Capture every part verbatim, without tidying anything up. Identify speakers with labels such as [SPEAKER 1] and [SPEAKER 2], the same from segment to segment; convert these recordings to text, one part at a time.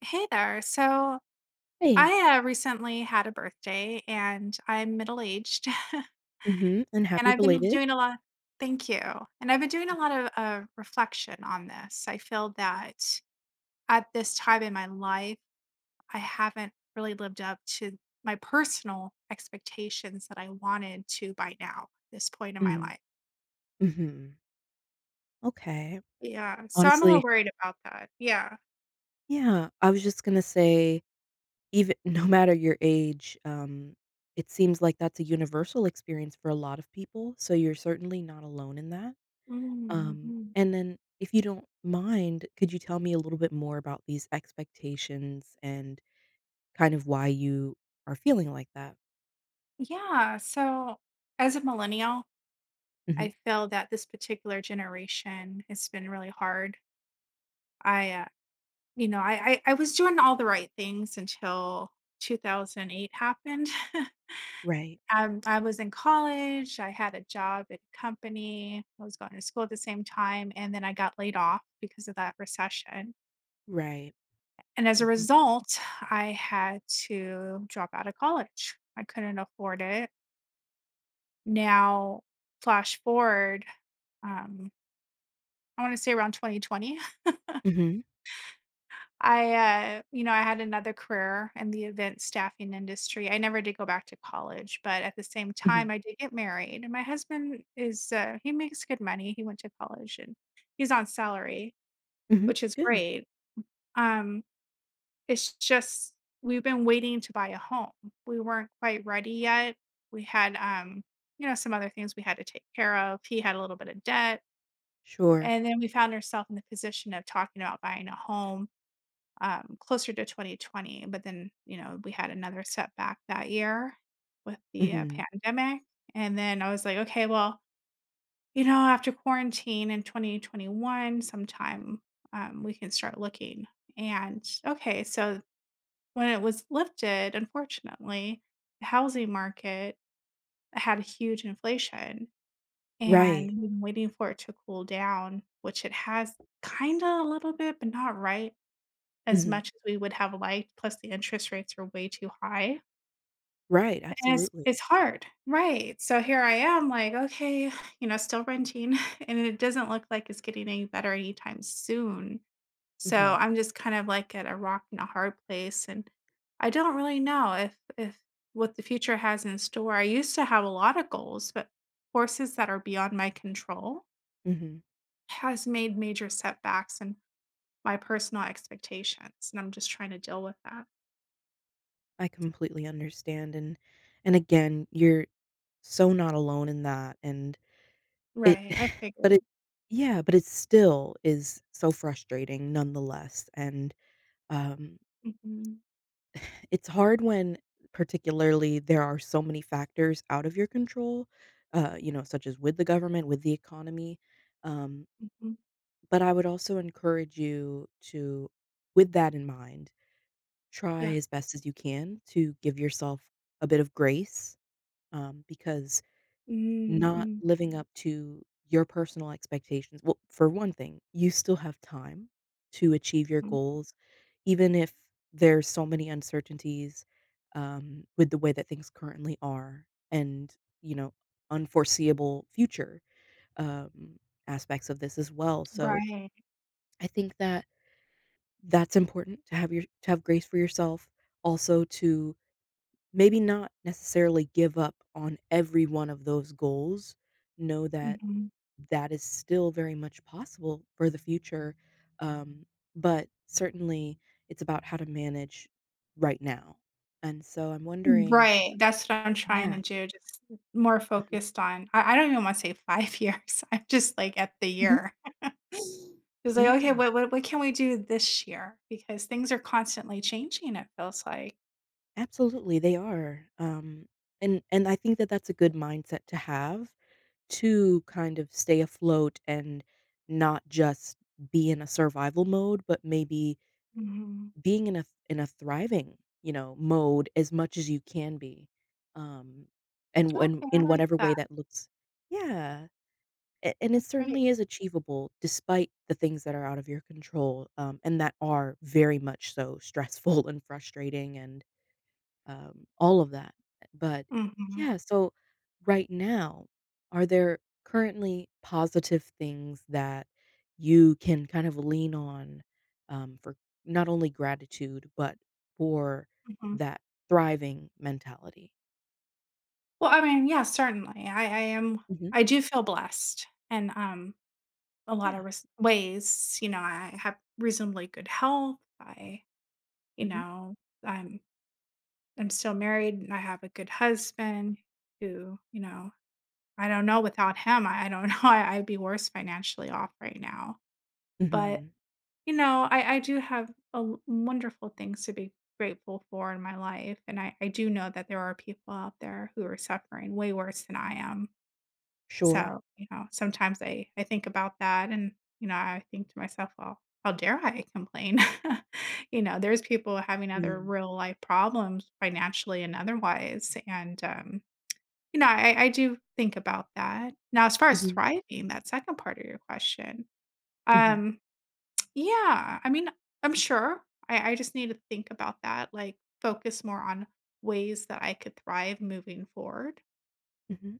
[SPEAKER 1] Hey there. So
[SPEAKER 2] Hey.
[SPEAKER 1] I uh, recently had a birthday and I'm middle aged
[SPEAKER 2] Mhm, and
[SPEAKER 1] and
[SPEAKER 2] happy
[SPEAKER 1] I've been
[SPEAKER 2] belated.
[SPEAKER 1] doing a lot. Thank you. And I've been doing a
[SPEAKER 2] Mhm.
[SPEAKER 1] lot of uh, reflection on this. I feel that at this time in my life, I haven't really lived up to my personal expectations that I wanted to by now, this point in my
[SPEAKER 2] Mm,
[SPEAKER 1] life.
[SPEAKER 2] mhm. Okay.
[SPEAKER 1] Yeah. So I'm a little
[SPEAKER 2] Honestly,
[SPEAKER 1] worried about that. Yeah.
[SPEAKER 2] yeah, I was just gonna say, even no matter your age, um, it seems like that's a universal experience for a lot of people, so you're certainly not alone in that. Um,
[SPEAKER 1] Mhm.
[SPEAKER 2] and then if you don't mind, could you tell me a little bit more about these expectations and kind of why you are feeling like that?
[SPEAKER 1] Yeah. So as a millennial, I
[SPEAKER 2] Mhm.
[SPEAKER 1] feel that this particular generation has been really hard. I, uh, you know, I, I I was doing all the right things until two thousand eight happened.
[SPEAKER 2] Right.
[SPEAKER 1] um, I was in college. I had a job at a company. I was going to school at the same time, and then I got laid off because of that recession.
[SPEAKER 2] Right.
[SPEAKER 1] And as a
[SPEAKER 2] Mhm.
[SPEAKER 1] result, I had to drop out of college. I couldn't afford it. Now, flash forward, um, I want to say around twenty twenty.
[SPEAKER 2] Mhm.
[SPEAKER 1] I, uh, you know, I had another career in the event staffing industry. I never did go back to college, but at the same time,
[SPEAKER 2] Mhm.
[SPEAKER 1] I did get married. And my husband is, uh, he makes good money. He went to college and he's on salary,
[SPEAKER 2] Mhm.
[SPEAKER 1] which is
[SPEAKER 2] Good.
[SPEAKER 1] great. Um, it's just, we've been waiting to buy a home. We weren't quite ready yet. We had, um, you know, some other things we had to take care of. He had a little bit of debt.
[SPEAKER 2] Sure.
[SPEAKER 1] And then we found ourselves in the position of talking about buying a home um, closer to twenty twenty. But then, you know, we had another setback that year with the uh,
[SPEAKER 2] Mhm.
[SPEAKER 1] pandemic. And then I was like, okay, well, you know, after quarantine in twenty twenty-one, sometime um, we can start looking. And okay, so when it was lifted, unfortunately, the housing market had a huge inflation
[SPEAKER 2] Right.
[SPEAKER 1] and we've been waiting for it to cool down, which it has kind of a little bit, but not right as
[SPEAKER 2] Mhm.
[SPEAKER 1] much as we would have liked, plus the interest rates were way too high,
[SPEAKER 2] Right,
[SPEAKER 1] and it's
[SPEAKER 2] absolutely.
[SPEAKER 1] it's hard. Right, so here I am like, "Okay," you know, still renting, and it doesn't look like it's getting any better anytime soon. So,
[SPEAKER 2] Mhm.
[SPEAKER 1] I'm just kind of, like, at a rock and a hard place, and I don't really know if if what the future has in store. I used to have a lot of goals, but forces that are beyond my control
[SPEAKER 2] Mhm.
[SPEAKER 1] has made major setbacks in my personal expectations, and I'm just trying to deal with that.
[SPEAKER 2] I completely understand, and and again, you're so not alone in that, and it
[SPEAKER 1] Right, I
[SPEAKER 2] but
[SPEAKER 1] figured.
[SPEAKER 2] it yeah, but it still is so frustrating nonetheless, and, um,
[SPEAKER 1] Mhm,
[SPEAKER 2] it's hard when particularly there are so many factors out of your control, uh, you know, such as with the government, with the economy, um,
[SPEAKER 1] mhm,
[SPEAKER 2] but I would also encourage you to with that in mind, try
[SPEAKER 1] yeah.
[SPEAKER 2] as best as you can to give yourself a bit of grace, um, because not
[SPEAKER 1] Mhm,
[SPEAKER 2] living up to your personal expectations well, for one thing, you still have time to achieve your
[SPEAKER 1] mhm.
[SPEAKER 2] goals, even if there's so many uncertainties, um, with the way that things currently are and, you know, unforeseeable future, um, aspects of this as well. So
[SPEAKER 1] Right,
[SPEAKER 2] I think that that's important to have your to have grace for yourself, also to maybe not necessarily give up on every one of those goals. Know that
[SPEAKER 1] mhm.
[SPEAKER 2] that is still very much possible for the future, um, but certainly it's about how to manage right now. And so I'm wondering.
[SPEAKER 1] Right, that's what I'm trying
[SPEAKER 2] Yeah.
[SPEAKER 1] to do, just more
[SPEAKER 2] Mhm.
[SPEAKER 1] focused on I I don't even wanna say five years, I'm just, like, at the
[SPEAKER 2] Mhm.
[SPEAKER 1] year. It's like, "Okay,
[SPEAKER 2] Yeah,
[SPEAKER 1] what what what can we do this year?" Because things are constantly changing, it feels like.
[SPEAKER 2] absolutely, they are, um, and and I think that that's a good mindset to have to kind of stay afloat and not just be in a survival mode, but maybe
[SPEAKER 1] Mhm.
[SPEAKER 2] being in a in a thriving, you know, mode as much as you can be, um, and
[SPEAKER 1] Okay,
[SPEAKER 2] when
[SPEAKER 1] I
[SPEAKER 2] in
[SPEAKER 1] like
[SPEAKER 2] whatever
[SPEAKER 1] that,
[SPEAKER 2] way that looks, yeah, a and it
[SPEAKER 1] that's
[SPEAKER 2] certainly
[SPEAKER 1] great.
[SPEAKER 2] is achievable despite the things that are out of your control, um, and that are very much so stressful and frustrating and, um, all of that. But
[SPEAKER 1] Mhm,
[SPEAKER 2] yeah, so right now, are there currently positive things that you can kind of lean on um, for not only gratitude, but for
[SPEAKER 1] mhm.
[SPEAKER 2] that thriving mentality?
[SPEAKER 1] Well, I mean, yeah, certainly, I I am
[SPEAKER 2] Hmm.
[SPEAKER 1] I do feel blessed, and, um a lot of
[SPEAKER 2] Yeah.
[SPEAKER 1] res- ways. You know, I have reasonably good health. I, you
[SPEAKER 2] Hmm.
[SPEAKER 1] know, I'm I'm still married and I have a good husband who, you know, I don't know without him, I, I don't know, I, I'd be worse financially off right now. But,
[SPEAKER 2] Hmm.
[SPEAKER 1] you know, I, I do have a, l- wonderful things to be grateful for in my life. And I, I do know that there are people out there who are suffering way worse than I am.
[SPEAKER 2] Sure.
[SPEAKER 1] So, you know, sometimes I I think about that and, you know, I think to myself, "Well, how dare I complain?" You know, there's people having other
[SPEAKER 2] Mm-hmm.
[SPEAKER 1] real life problems financially and otherwise, and, um, you know, I I do think about that. Now as far as
[SPEAKER 2] Hmm.
[SPEAKER 1] thriving, that second part of your question, um, yeah, I mean, I'm sure. I I just need to think about that, like, focus more on ways that I could thrive moving forward.
[SPEAKER 2] Hmm.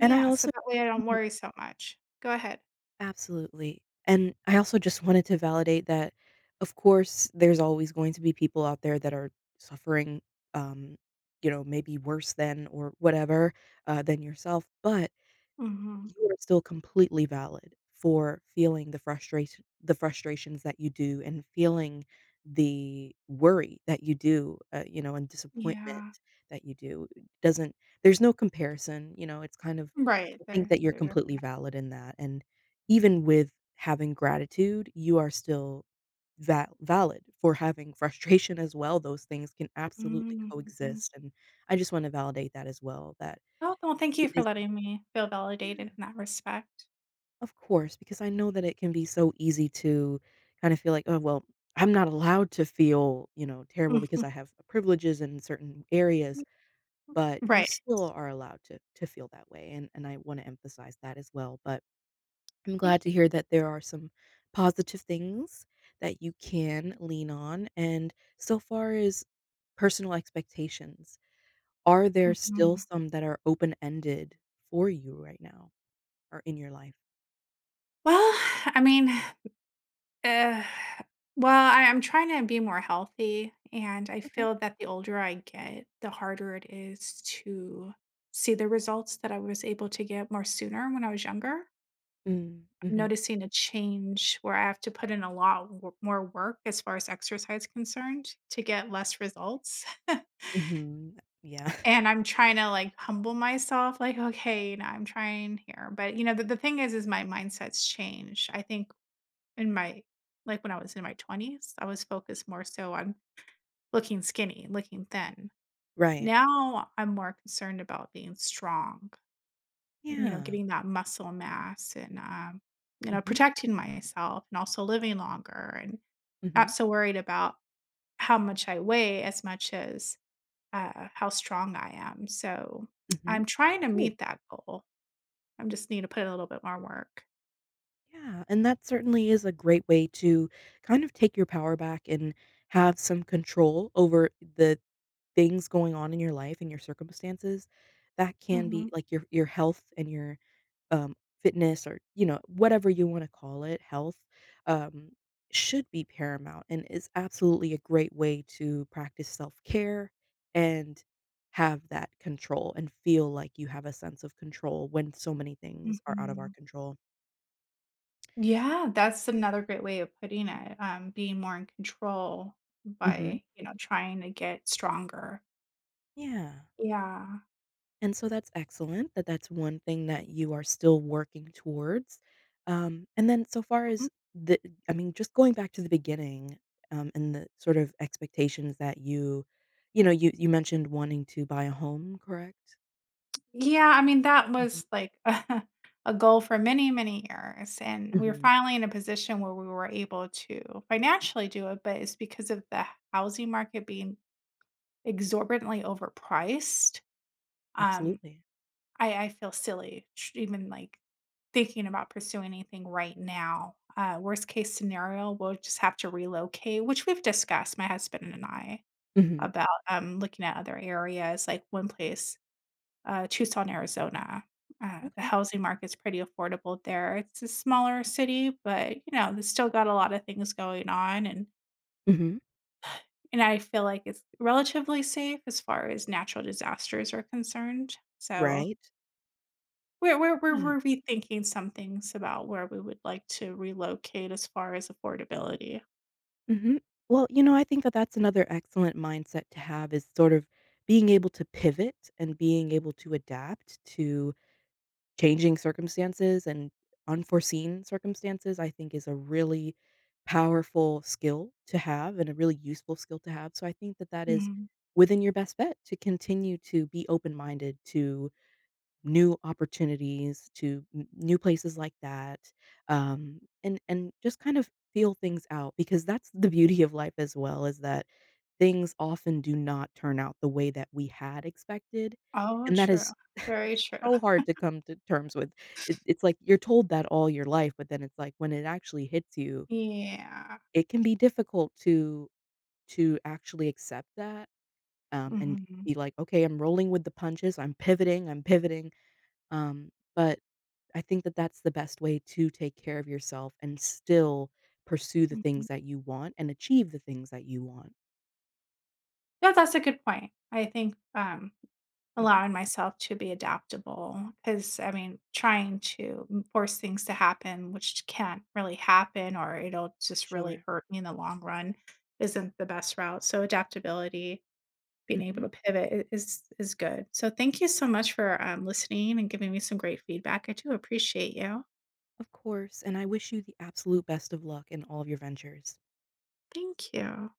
[SPEAKER 2] And I
[SPEAKER 1] so
[SPEAKER 2] also
[SPEAKER 1] that way I
[SPEAKER 2] just
[SPEAKER 1] don't worry so much. Go ahead.
[SPEAKER 2] Absolutely. And I also just wanted to validate that, of course, there's always going to be people out there that are suffering, um, you know, maybe worse than or whatever uh, than yourself. But
[SPEAKER 1] Mhm.
[SPEAKER 2] you are still completely valid for feeling the frustration the frustrations that you do and feeling the worry that you do, uh, you know, and disappointment
[SPEAKER 1] Yeah.
[SPEAKER 2] that you do. It doesn't. There's no comparison, you know, it's kind of
[SPEAKER 1] Right.
[SPEAKER 2] I think
[SPEAKER 1] There
[SPEAKER 2] that you're
[SPEAKER 1] there's a
[SPEAKER 2] completely valid in that, and even with having gratitude, you are still va valid for having frustration as well. Those things can absolutely
[SPEAKER 1] mm, mhm.
[SPEAKER 2] coexist, and I just wanna validate that as well, that
[SPEAKER 1] Oh, well, thank you
[SPEAKER 2] it
[SPEAKER 1] for
[SPEAKER 2] isn't.
[SPEAKER 1] letting me feel
[SPEAKER 2] Yeah.
[SPEAKER 1] validated in that respect.
[SPEAKER 2] Of course, because I know that it can be so easy to kind of feel like, "Oh, well, I'm not allowed to feel, you know, terrible because I have privileges in certain
[SPEAKER 1] Mhm.
[SPEAKER 2] areas," but you
[SPEAKER 1] Right.
[SPEAKER 2] still are allowed to to feel that way, and and I wanna emphasize that as well. But I'm
[SPEAKER 1] Thank
[SPEAKER 2] glad to
[SPEAKER 1] you.
[SPEAKER 2] hear that there are some positive things that you can lean on, and so far as personal expectations, are there still
[SPEAKER 1] Mhm.
[SPEAKER 2] some that are open-ended for you right now or in your life?
[SPEAKER 1] Well, I mean, uh, well, I I'm trying to be more healthy, and I
[SPEAKER 2] Okay.
[SPEAKER 1] feel that the older I get, the harder it is to see the results that I was able to get more sooner when I was younger.
[SPEAKER 2] Mm, mhm.
[SPEAKER 1] Noticing a change where I have to put in a lot wo more work as far as exercise concerned to get less results,
[SPEAKER 2] Mhm. Yeah.
[SPEAKER 1] and I'm trying to, like, humble myself, like, "Okay, you know, I'm trying here," but, you know, the the thing is is my mindset's changed. I think in my like, when I was in my twenties, I was focused more so on looking skinny, looking thin.
[SPEAKER 2] Right.
[SPEAKER 1] Now I'm more concerned about being strong, you know,
[SPEAKER 2] Yeah.
[SPEAKER 1] getting that muscle mass and, um, you know,
[SPEAKER 2] Mhm.
[SPEAKER 1] protecting myself and also living longer and not
[SPEAKER 2] Mhm.
[SPEAKER 1] so worried about how much I weigh as much as uh, how strong I am. So
[SPEAKER 2] Mhm.
[SPEAKER 1] I'm trying to
[SPEAKER 2] Great.
[SPEAKER 1] meet that goal. I just need to put in a little bit more work.
[SPEAKER 2] Yeah, and that certainly is a great way to kind of take your power back and have some control over the things going on in your life and your circumstances, that can be
[SPEAKER 1] Hmm
[SPEAKER 2] like your your health and your, um, fitness or, you know, whatever you wanna call it, health, um, should be paramount and is absolutely a great way to practice self-care and have that control and feel like you have a sense of control when so many things are out of our
[SPEAKER 1] hmm
[SPEAKER 2] control.
[SPEAKER 1] Yeah, that's another great way of putting it. Um, being more in control
[SPEAKER 2] Mhm.
[SPEAKER 1] by you know trying to get stronger.
[SPEAKER 2] Yeah.
[SPEAKER 1] Yeah.
[SPEAKER 2] And so that's excellent that that's one thing that you are still working towards. Um, and then so far as the I mean, just going back to the beginning, um, and the sort of expectations that you you know, you you mentioned wanting to buy a home, correct?
[SPEAKER 1] Yeah, I mean, that
[SPEAKER 2] Mhm.
[SPEAKER 1] was like a, goal for many, many years. And we were
[SPEAKER 2] Mhm.
[SPEAKER 1] finally in a position where we were able to financially do it, but it's because of the housing market being exorbitantly overpriced. Um,
[SPEAKER 2] Absolutely.
[SPEAKER 1] I, I feel silly tr- even like thinking about pursuing anything right now. Uh, worst case scenario, we'll just have to relocate, which we've discussed, my husband and I,
[SPEAKER 2] Mhm.
[SPEAKER 1] about um, looking at other areas. Like one place uh, Tucson, Arizona. Uh, the
[SPEAKER 2] Okay.
[SPEAKER 1] housing market's pretty affordable there. It's a smaller city, but you know, it's still got a lot of things going on, and
[SPEAKER 2] Mhm.
[SPEAKER 1] and I feel like it's relatively safe as far as natural disasters are concerned. So
[SPEAKER 2] Right.
[SPEAKER 1] we're we're we're,
[SPEAKER 2] Yeah.
[SPEAKER 1] we're rethinking some things about where we would like to relocate as far as affordability.
[SPEAKER 2] Mhm. Well, you know, I think that that's another excellent mindset to have is sort of being able to pivot and being able to adapt to changing circumstances and unforeseen circumstances, I think, is a really powerful skill to have and a really useful skill to have. So I think that that is
[SPEAKER 1] Mhm.
[SPEAKER 2] within your best bet to continue to be open minded to new opportunities to n new places like that, um, and and just kind of feel things out because that's the beauty of life as well is that things often do not turn out the way that we had expected,
[SPEAKER 1] Oh,
[SPEAKER 2] and that
[SPEAKER 1] true.
[SPEAKER 2] is that
[SPEAKER 1] Very
[SPEAKER 2] is
[SPEAKER 1] true.
[SPEAKER 2] so hard to come to terms with. It it's like you're told that all your life, but then it's like when it actually hits you,
[SPEAKER 1] Yeah.
[SPEAKER 2] it can be difficult to to actually accept that, um, and
[SPEAKER 1] hmm
[SPEAKER 2] be like, "Okay, I'm rolling with the punches, I'm pivoting, I'm pivoting," um, but I think that that's the best way to take care of yourself and still pursue the things
[SPEAKER 1] hmm
[SPEAKER 2] that you want and achieve the things that you want.
[SPEAKER 1] Yeah, that's a good point. I think um,
[SPEAKER 2] Mhm.
[SPEAKER 1] allowing myself to be adaptable, because I mean, trying to m force things to happen, which can't really happen or it'll just really
[SPEAKER 2] Sure.
[SPEAKER 1] hurt me in the long run, isn't the best route. So adaptability, being able
[SPEAKER 2] Mhm.
[SPEAKER 1] to pivot I is is good. So thank you so much for, um, listening and giving me some great feedback. I do appreciate you.
[SPEAKER 2] Of course, and I wish you the absolute best of luck in all of your ventures.
[SPEAKER 1] Thank you.